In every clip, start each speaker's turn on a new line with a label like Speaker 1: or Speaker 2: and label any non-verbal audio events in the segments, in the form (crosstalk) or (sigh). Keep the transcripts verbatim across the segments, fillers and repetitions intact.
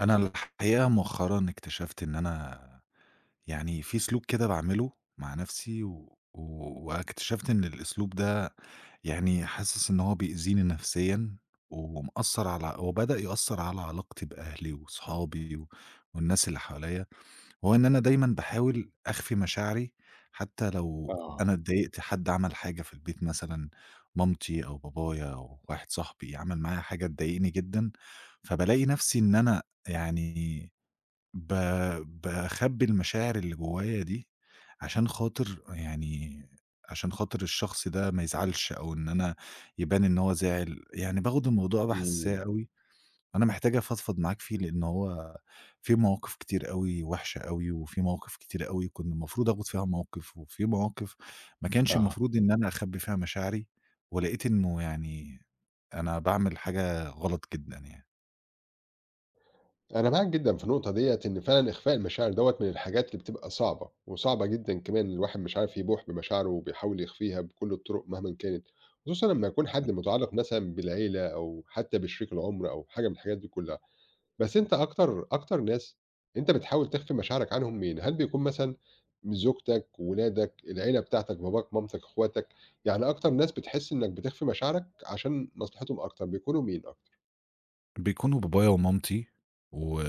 Speaker 1: أنا الحقيقة مؤخرًا اكتشفت إن أنا يعني في سلوك كده باعمله مع نفسي و و واكتشفت إن الأسلوب ده يعني حاسس إن هو بيأذيني نفسيًا، ومأثّر على، وبدأ يأثّر على علاقتي بأهلي وصحابي و والناس اللي حواليّا. هو إن أنا دايمًا باحاول أخفي مشاعري، حتى لو
Speaker 2: آه،
Speaker 1: أنا اتضايقت، حد عمل حاجة في البيت مثلًا، مامتي أو بابايا أو واحد صاحبي عمل معايا حاجة تضايقني جدًا، فبالاقي نفسي إن أنا يعني ب باخبّي المشاعر اللي جوايا دي، عشان خاطر يعني عشان خاطر الشخص ده ما يزعلش، أو إن أنا يبان إن هو زعل، يعني باخد الموضوع بحساسية
Speaker 2: إمم،
Speaker 1: أوي. أنا محتاج أفضفض معاك فيه، لإن هو في مواقف كتير أوي وحشة أوي، وفي مواقف كتير أوي كنت المفروض آخد فيها موقف، وفي مواقف ما كانش
Speaker 2: آه،
Speaker 1: المفروض إن أنا أخبّي فيها مشاعري، ولقيت إنه يعني أنا باعمل حاجة غلط جدًا يعني.
Speaker 2: أنا معاك جدًا في النقطة ديّة، إن فعلًا إخفاء المشاعر دوّة من الحاجات اللي بتبقى صعبة، وصعبة جدًا كمان الواحد مش عارف يبوح بمشاعره وبيحاول يخفيها بكل الطرق مهمًا كانت، خصوصًا لمّا يكون حد متعلق مثلًا بالعيلة أو حتى بشريك العمر أو حاجة من الحاجات دي كلها، بس أنت أكتر أكتر ناس أنت بتحاول تخفي مشاعرك عنهم مين؟ هل بيكون مثلًا زوجتك، ولادك، العيلة بتاعتك، باباك، مامتك، إخواتك، يعني أكتر ناس بتحس إنك بتخفي مشاعرك عشان مصلحتهم أكتر بيكونوا مين أكتر؟
Speaker 1: بيكونوا بابايا ومامتي و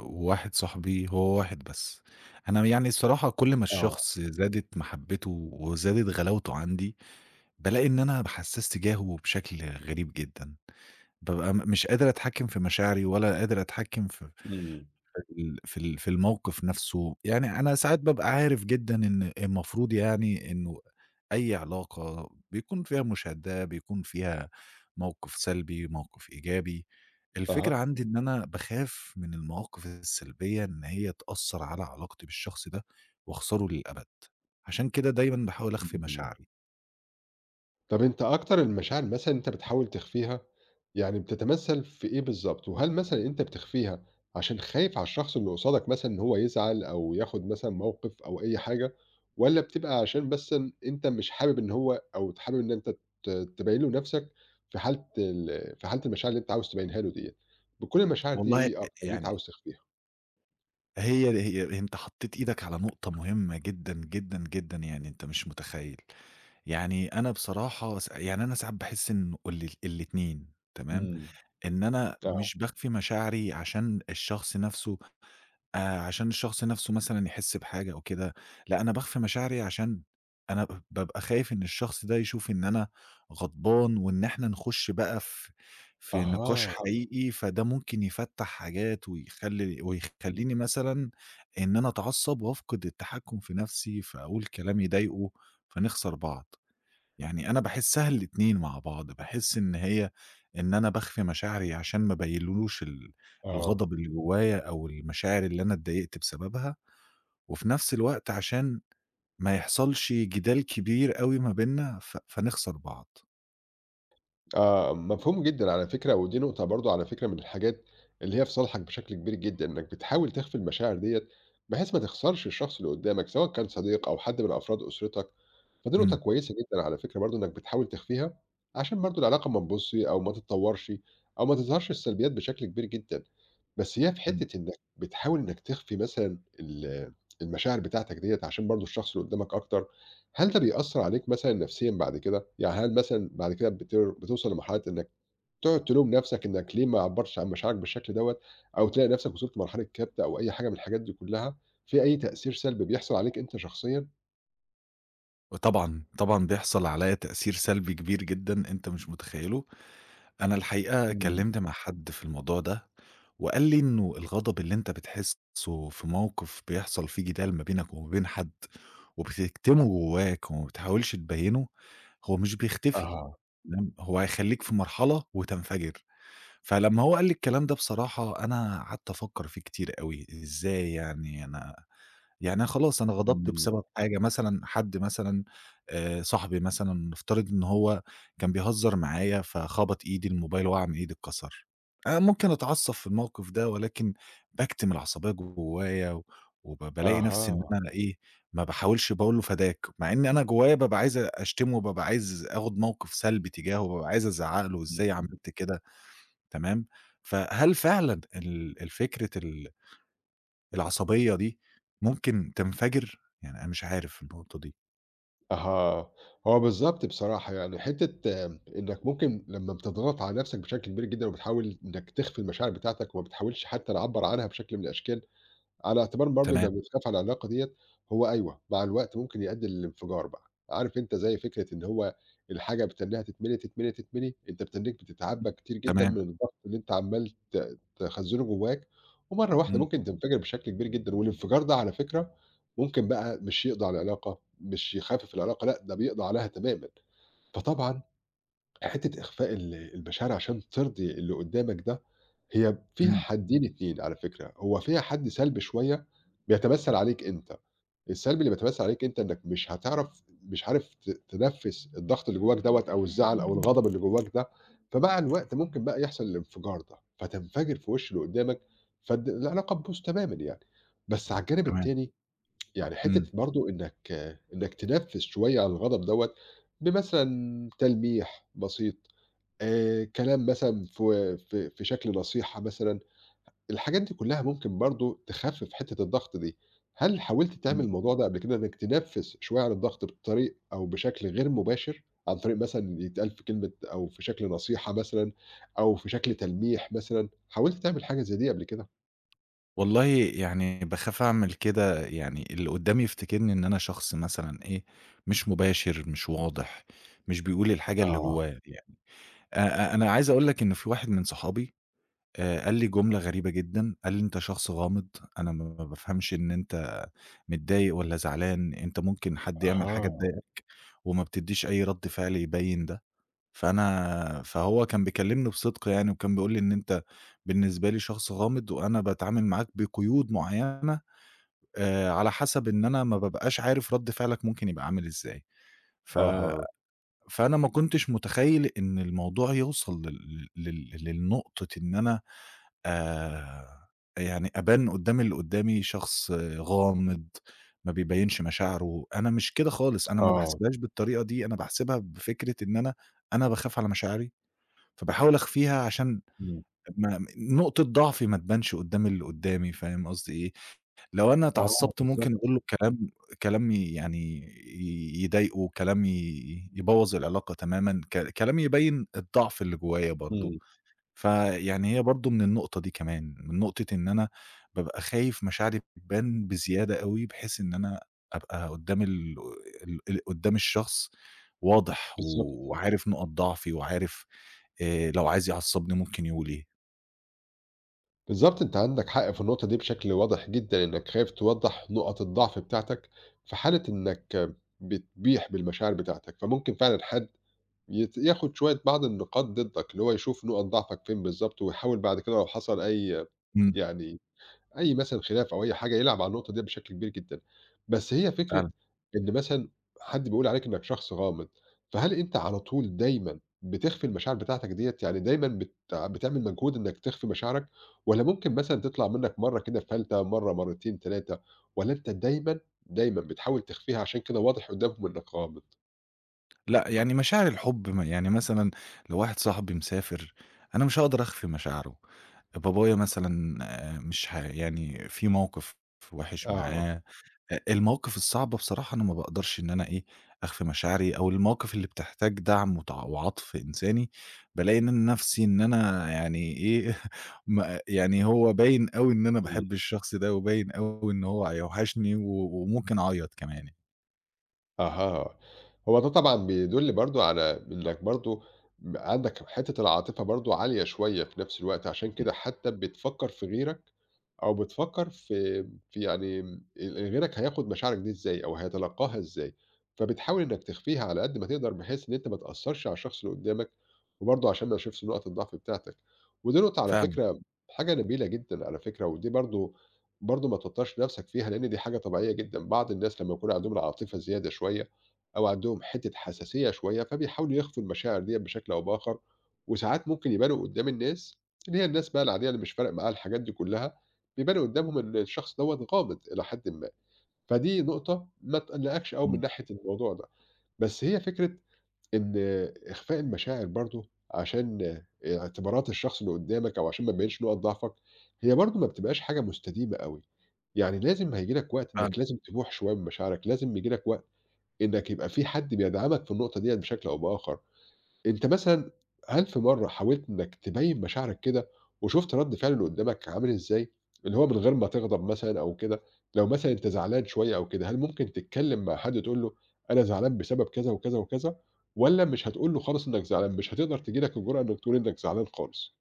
Speaker 1: وواحد صاحبي، هو واحد بس. أنا يعني الصراحة كل ما
Speaker 2: آه،
Speaker 1: الشخص زادت محبته وزادت غلاوته عندي، بالاقي إن أنا باحسّاس تجاهه بشكل غريب جدًا. بابقى م مش قادر أتحكّم في مشاعري ولا قادر أتحكّم في
Speaker 2: إمم.
Speaker 1: في ال في ال في الموقف نَفْسه، يعني أنا ساعات بابقى عارف جدًا إن المفروض يعني إنه أي علاقة بيكون فيها مُشادّة، بيكون فيها موقِف سلبي، موقِف إيجابي، الفكرة
Speaker 2: أها.
Speaker 1: عندي إن أنا باخاف من المواقِف السلبية إن هي تأثّر على علاقتي بالشخص ده وأخسره للأبد، عشان كده دايمًا باحاول أخفي
Speaker 2: إمم.
Speaker 1: مشاعري.
Speaker 2: طب أنت أكتر المشاعر مثلًا أنت بتحاول تخفيها، يعني بتتمثّل في إيه بالضبط؟ وهل مثلًا أنت بتخفيها عشان خايف على الشخص اللي قصادك مثلًا إن هو يزعل أو ياخد مثلًا موقف أو أي حاجة، والّا بتبقى عشان مثلًا أنت مش حابب إن هو أو ت حابب إن أنت ت تبيّن له نَفْسك في حالة ال في حالة المشاعر اللي أنت عاوز تبيّنها له ديّة؟ بتكون المشاعر دي
Speaker 1: والله أ
Speaker 2: إيه أكتر اللي أنت
Speaker 1: يعني،
Speaker 2: عاوز تخفيها؟
Speaker 1: هي هي أنت حطّيت إيدك على نقطة مهمة جدًا، جدًا، جدًا، يعني أنت مش متخيّل. يعني أنا بصراحة س يعني أنا ساعات باحس إنه ال الاتنين تمام.
Speaker 2: إمم.
Speaker 1: إن أنا
Speaker 2: آه.
Speaker 1: مش باخفي مشاعري عشان الشخص نَفْسه، آآ عشان الشخص نَفْسه مثلًا يحس بحاجة أو كده، لأ أنا باخفي مشاعري عشان أنا ب بابقى خايف إن الشخص ده يشوف إن أنا غضبان، وإن إحنا نخُش بقى في في نقاش
Speaker 2: أها،
Speaker 1: حقيقي، فده ممكن يفتّح حاجات ويخلّي ويخلّيني مثلًا إن أنا أتعصّب وأفقد التحكُّم في نَفْسي، فأقول كلام يضايقه، فنخسر بعض. يعني أنا باحسّها الاتنين مع بعض، باحس إن هي إن أنا باخفي مشاعري عشان ما أبيّنلوش ال
Speaker 2: آه.
Speaker 1: الغضب اللي جوايا، أو المشاعر اللي أنا اتضايقت بسببها، وفي نفس الوقت عشان ما يحصلش جدال كبير أوي ما بيننا، ف فنخسر بعض.
Speaker 2: آه، مفهوم جدًا على فكرة، ودي نقطة برضه على فكرة من الحاجات اللي هي في صالحك بشكل كبير جدًا، إنك بتحاول تخفي المشاعر ديّة بحيث ما تخسرش الشخص اللي قدّامك، سواء كان صديق أو حد من أفراد أسرتك. فدي نقطة
Speaker 1: إمم،
Speaker 2: كويسة جدًا على فكرة برضه إنّك بتحاول تخفيها، عشان برضه العلاقة ما تبوظش أو ما تتطورش أو ما تظهرش السلبيات بشكل كبير جدًا، بس هي في
Speaker 1: إمم.
Speaker 2: حتّة إنّك بتحاول إنّك تخفي مثلًا ال المشاعر بتاعتك ديّة عشان برضه الشخص اللي قدّامك أكتر، هل ده بيأثّر عليك مثلًا نفسيًا بعد كده؟ يعني هل مثلًا بعد كده بتر بتوصل لمرحلة إنّك تقعد تلوم نفسك إنّك ليه ما عبّرتش عن مشاعرك بالشكل دوّة أو تلاقي نفسك وصلت لمرحلة كبت أو أي حاجة من الحاجات دي كلّها، في أي تأثير سلبي بيحصل عليك أنت شخصيًا؟
Speaker 1: وطبعًا، طبعًا بيحصل عليّا تأثير سلبي كبير جدًا أنت مش متخيّله. أنا الحقيقة
Speaker 2: إمم.
Speaker 1: كلّمت مع حد في الموضوع ده، وقال لي إنه الغضب اللي أنت بتحسّه في موقف بيحصل فيه جدال ما بينك وما بين حد، وبتكتمه جواك وما بتحاولش تبيّنه، هو مش بيختفي،
Speaker 2: أها.
Speaker 1: تمام، هو هيخلّيك في مرحلة وتنفجر. فلمّا هو قال لي الكلام ده بصراحة أنا قعدت أفكّر فيه كتير أوي، إزاي يعني أنا، يعني أنا خلاص أنا غضبت
Speaker 2: إمم،
Speaker 1: بسبب حاجة، مثلًا حد مثلًا آآ صاحبي مثلًا نفترض إن هو كان بيهزر معايا فخبط إيدي، الموبايل وقع من إيدي اتكسر. أنا ممكن أتعصب في الموقف ده ولكن باكتم العصبية جوايا و وب بالاقي نفسي إن
Speaker 2: أها،
Speaker 1: أنا إيه، ما باحاولش باقول له فداك، مع إن أنا جوايا بابقى عايز أشتمه، وبابقى عايز آخد موقف سلبي تجاهه، بابقى عايز أزعق له إزاي
Speaker 2: إمم،
Speaker 1: عملت كده، تمام؟ فهل فعلًا ال الفكرة ال العصبية دي ممكن تنفجر؟ يعني أنا مش عارف النقطة دي.
Speaker 2: أها، هو بالضبط بصراحة يعني حتّة إنّك ممكن لمّا بتضغط على نَفْسك بشكل كبير جدًا وبتحاول إنّك تخفي المشاعر بتاعتك وما بتحاولش حتّى تعبّر عنها بشكل من الأشكال، على اعتبار برضه
Speaker 1: تمام،
Speaker 2: إنك بتخاف على العلاقة ديّة، هو أيوه، مع الوقت ممكن يؤدي للانفجار بقى، عارف أنت زي فكرة إن هو الحاجة بتتنّيها تتملي، تتملي، تتملي، أنت بتنّيك بتتعبى كتير جدًا
Speaker 1: تمام.
Speaker 2: من الضغط اللي أنت عمّال ت تخزّنه جواك، ومرّة واحدة
Speaker 1: إمم،
Speaker 2: ممكن تنفجر بشكل كبير جدًا، والانفجار ده على فكرة ممكن بقى مش يقضي على العلاقة، مش يخفف العلاقة، لأ ده بيقضي عليها تمامًا، فطبعًا حتّة إخفاء ال المشاعر عشان ترضي اللي قدّامك ده هي فيها
Speaker 1: إمم،
Speaker 2: حدّين اتنين على فكرة، هو فيها حَد سلبي شوية بيتمثّل عليك أنت، السلبي اللي بيتمثّل عليك أنت إنّك مش هتعرف مش عارف ت تنفّس الضغط اللي جوّاك دوّة أو الزعل أو الغضب اللي جوّاك ده، فمع الوقت ممكن بقى يحصل الانفجار ده، فتنفجر في وِش اللي قدّامك، فالد العلاقة تبوظ تمامًا يعني. بس على الجانب
Speaker 1: تمام،
Speaker 2: التاني يعني
Speaker 1: إمم،
Speaker 2: حتّة برضه إنّك إنّك تنفّس شوية عن الغضب دوّة بمثلًا تلميح بسيط، آآ كلام مثلًا في في في شكل نصيحة مثلًا، الحاجات دي كلّها ممكن برضه تخفِّف حتّة الضغط دي. هل حاولت تعمل
Speaker 1: إمم.
Speaker 2: الموضوع ده قبل كده، إنّك تنفِّس شوية عن الضغط بطريق أو بشكل غير مباشر، عن طريق مثلًا يتقال في كلمة أو في شكل نصيحة مثلًا أو في شكل تلميح مثلًا، حاولت تعمل حاجة زي دي قبل كده؟
Speaker 1: والله يعني باخاف أعمل كده، يعني اللي قدّامي يفتكرني إن أنا شخص مثلًا إيه، مش مباشر، مش واضح، مش بيقول الحاجة اللي
Speaker 2: آه،
Speaker 1: جواه يعني. أ أ أنا عايز أقول لك إن في واحد من صحابي آآ قال لي جملة غريبة جدًا، قال لي: "أنت شخص غامض، أنا ما بافهمش إن أنت متضايق والّا زعلان، أنت ممكن حد يعمل حاجة
Speaker 2: أها،
Speaker 1: تضايقك وما بتدّيش أي رَد فعل يبيّن ده." فأنا فهو كان بيكلّمني بصدق يعني، وكان بيقول لي إن أنت بالنسبة لي شخص غامض، وأنا باتعامل معاك بقيود معيّنة آآ على حسب إن أنا ما بابقاش عارف رَد فعلك ممكن يبقى عامل إزاي. ف
Speaker 2: أها،
Speaker 1: فأنا ما كنتش متخيّل إن الموضوع يوصل لل لل للنقطة إن أنا آآ يعني أبان قدّام اللي قدّامي شخص آه، غامض، ما بيبيّنش مشاعره. أنا مش كده خالص، أنا ما
Speaker 2: آه،
Speaker 1: باحسبهاش بالطريقة دي، أنا باحسبها بفكرة إن أنا أنا باخاف على مشاعري فباحاول أخفيها، عشان
Speaker 2: إمم،
Speaker 1: ما نقطة ضعفي ما تبانش قدّام اللي قدّامي، فاهم قصدي إيه؟ لو أنا
Speaker 2: آه
Speaker 1: اتعصبت ممكن
Speaker 2: بالضبط،
Speaker 1: أقول له كلام، كلام ي يعني ي يضايقه، كلام ي يبوّظ العلاقة تمامًا، ك كلام يبيّن الضعف اللي جوايا برضه،
Speaker 2: إمم،
Speaker 1: فيعني هي برضه من النقطة دي كمان، من نقطة إن أنا بابقى خايف مشاعري تبان بزيادة أوي، بحيث إن أنا أبقى قدّام ال ال ال قدّام الشخص واضح،
Speaker 2: بالضبط،
Speaker 1: وعارف نقط ضعفي وعارف آآ لو عايز يعصّبني ممكن يقول إيه.
Speaker 2: بالضبط أنت عندك حق في النقطة دي بشكل واضح جدًا، إنّك خايف توضّح نقط الضعف بتاعتك في حالة إنّك بتبيح بالمشاعر بتاعتك، فممكن فعلًا حد يت ياخد شوية بعض النقاط ضدك، اللي هو يشوف نقط ضعفك فين بالضبط، ويحاول بعد كده لو حصل أي
Speaker 1: إمم.
Speaker 2: يعني أي مثلًا خلاف أو أي حاجة يلعب على النقطة ديّة بشكل كبير جدًا. بس هي فكرة
Speaker 1: فعلًا.
Speaker 2: إن مثلًا حد بيقول عليك إنك شخص غامض، فهل أنت على طول دايمًا بتخفي المشاعر بتاعتك ديّة؟ يعني دايمًا بت بتعمل مجهود إنك تخفي مشاعرك، والّا ممكن مثلًا تطلع منك مرّة كده في فلتة، مرّة، مرتين، تلاتة والّا أنت دايمًا، دايمًا بتحاول تخفيها عشان كده واضح قدّامهم إنك غامض؟
Speaker 1: لأ، يعني مشاعر الحُب م يعني مثلًا لو واحد صاحبي مسافر، أنا مش هاقدر أخفي مشاعره. بابايا مثلًا آآ مش ه يعني في موقِف وِحِش
Speaker 2: آه.
Speaker 1: معاه، أ المواقِف الصعبة بصراحة أنا ما باقدرش إن أنا إيه، أخفي مشاعري، أو المواقِف اللي بتحتاج دَعْم وتع وعَطْف إنساني، بالاقي إن أنا نَفْسي إن أنا يعني إيه، (laughs) ما يعني هو باين أوي إن أنا
Speaker 2: إمم.
Speaker 1: باحب الشخص ده، وباين أوي إن هو هيوحشني و وممكن أعيّط كمان يعني.
Speaker 2: أها. هو ده طبعًا بيدُل برضه على إنّك برضه م عندك حتّة العاطفة برضه عالية شوية في نفس الوقت، عشان كده حتّى بتفكّر في غيرك أو بتفكّر في في يعني م ال غيرك هياخُد مشاعرك دي إزاي أو هيتلقّاها إزاي، فبتحاول إنّك تخفيها على قد ما تقدر بحيث إن أنت ما تأثّرش على الشخص اللي قُدّامك، وبرضه عشان ما يشوفش نُقَط الضعف بتاعتك، ودي نقطة على
Speaker 1: فعلًا،
Speaker 2: فكرة حاجة نبيلة جدًا على فكرة، ودي برضه برضه ما توتّرش نَفْسك فيها لإن دي حاجة طبيعية جدًا، بعض الناس لمّا يكون عندهم العاطفة زيادة شوية أو عندهم حتّة حساسية شوية، فبيحاولوا يخفوا المشاعر ديّة بشكل أو بآخَر، وساعات ممكن يبانوا قُدّام الناس اللي هي الناس بقى العادية اللي مش فارق معاها الحاجات دي كُلّها بيبان قدّامهم إن الشخص دوّة غامض إلى حدٍ ما، فدي نقطة ما تقلّقكش أوي من
Speaker 1: إمم،
Speaker 2: ناحية الموضوع ده، بس هي فكرة إن إخفاء المشاعر برضه عشان اعتبارات الشخص اللي قدّامك أو عشان ما تبيّنش نُقط ضعفك، هي برضه ما بتبقاش حاجة مستديمة أوي، يعني لازم هييجي لك وقت
Speaker 1: فعلًا.
Speaker 2: إنّك لازم تبوح شوية من مشاعرك، لازم ييجي لك وقت إنّك يبقى في حد بيدعمك في النقطة ديّة بشكل أو بآخر. أنت مثلًا هل في مرّة حاولت إنك تبيّن مشاعرك كده، وشُفت رَد فعل اللي قدّامك عامل إزاي؟ اللي هو من غير ما تغضب مثلًا أو كده، لو مثلًا أنت زعلان شوية أو كده، هل ممكن تتكلّم مع حد تقول له أنا زعلان بسبب كذا، وكذا، وكذا، والّا مش هتقول له خالص إنك زعلان، مش هتقدر تيجي لك الجُرأة إنك تقول إنك زعلان خالص؟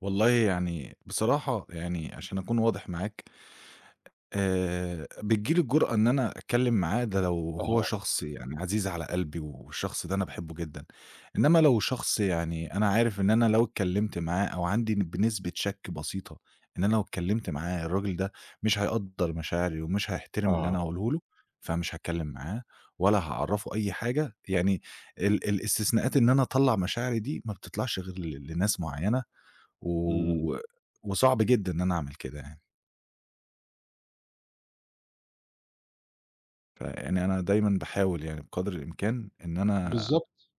Speaker 1: والله يعني بصراحة يعني عشان أكون واضح معاك، آآ بتيجي لي الجرأة إن أنا أتكلّم معاه ده لو هو
Speaker 2: أها،
Speaker 1: شخص يعني عزيز على قلبي والشخص ده أنا باحبه جدًا، إنّما لو شخص يعني أنا عارف إن أنا لو اتكلّمت معاه، أو عندي بنسبة شَك بسيطة إن أنا لو اتكلّمت معاه الراجل ده مش هيقدّر مشاعري ومش هيحترم اللي
Speaker 2: آه،
Speaker 1: أنا هاقوله له، فمش هاتكلّم معاه ولا هاعرّفه أي حاجة، يعني ال الاستثناءات إن أنا أطلّع مشاعري دي ما بتطلعش غير ل لناس معيّنة،
Speaker 2: إمم،
Speaker 1: و وصعب جدًا إن أنا أعمل كده يعني، فيعني أنا دايمًا باحاول يعني بقدر الإمكان إن أنا،
Speaker 2: بالضبط.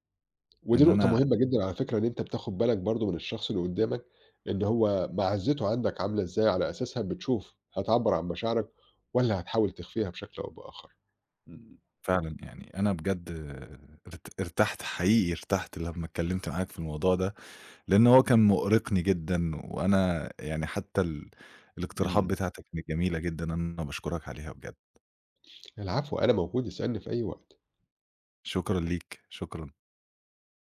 Speaker 2: ودي
Speaker 1: إن
Speaker 2: نقطة
Speaker 1: أنا
Speaker 2: مهمة جدًا على فكرة إن أنت بتاخد بالك برضه من الشخص اللي قدّامك، إن هو معزته عندك عاملة إزاي، على أساسها بتشوف هتعبّر عن مشاعرك والّا هتحاول تخفيها بشكل أو بآخر. إمم،
Speaker 1: فعلًا يعني أنا بجد ارت ارتحت، حقيقي ارتحت لمّا اتكلمت معاك في الموضوع ده، لإن هو كان مؤرقني جدًا، وأنا يعني حتى ال الاقتراحات
Speaker 2: إمم،
Speaker 1: بتاعتك كانت جميلة جدًا، أنا باشكرك عليها بجد.
Speaker 2: العفو أنا موجود، اسألني في أي وقت.
Speaker 1: شكرًا ليك، شكرًا.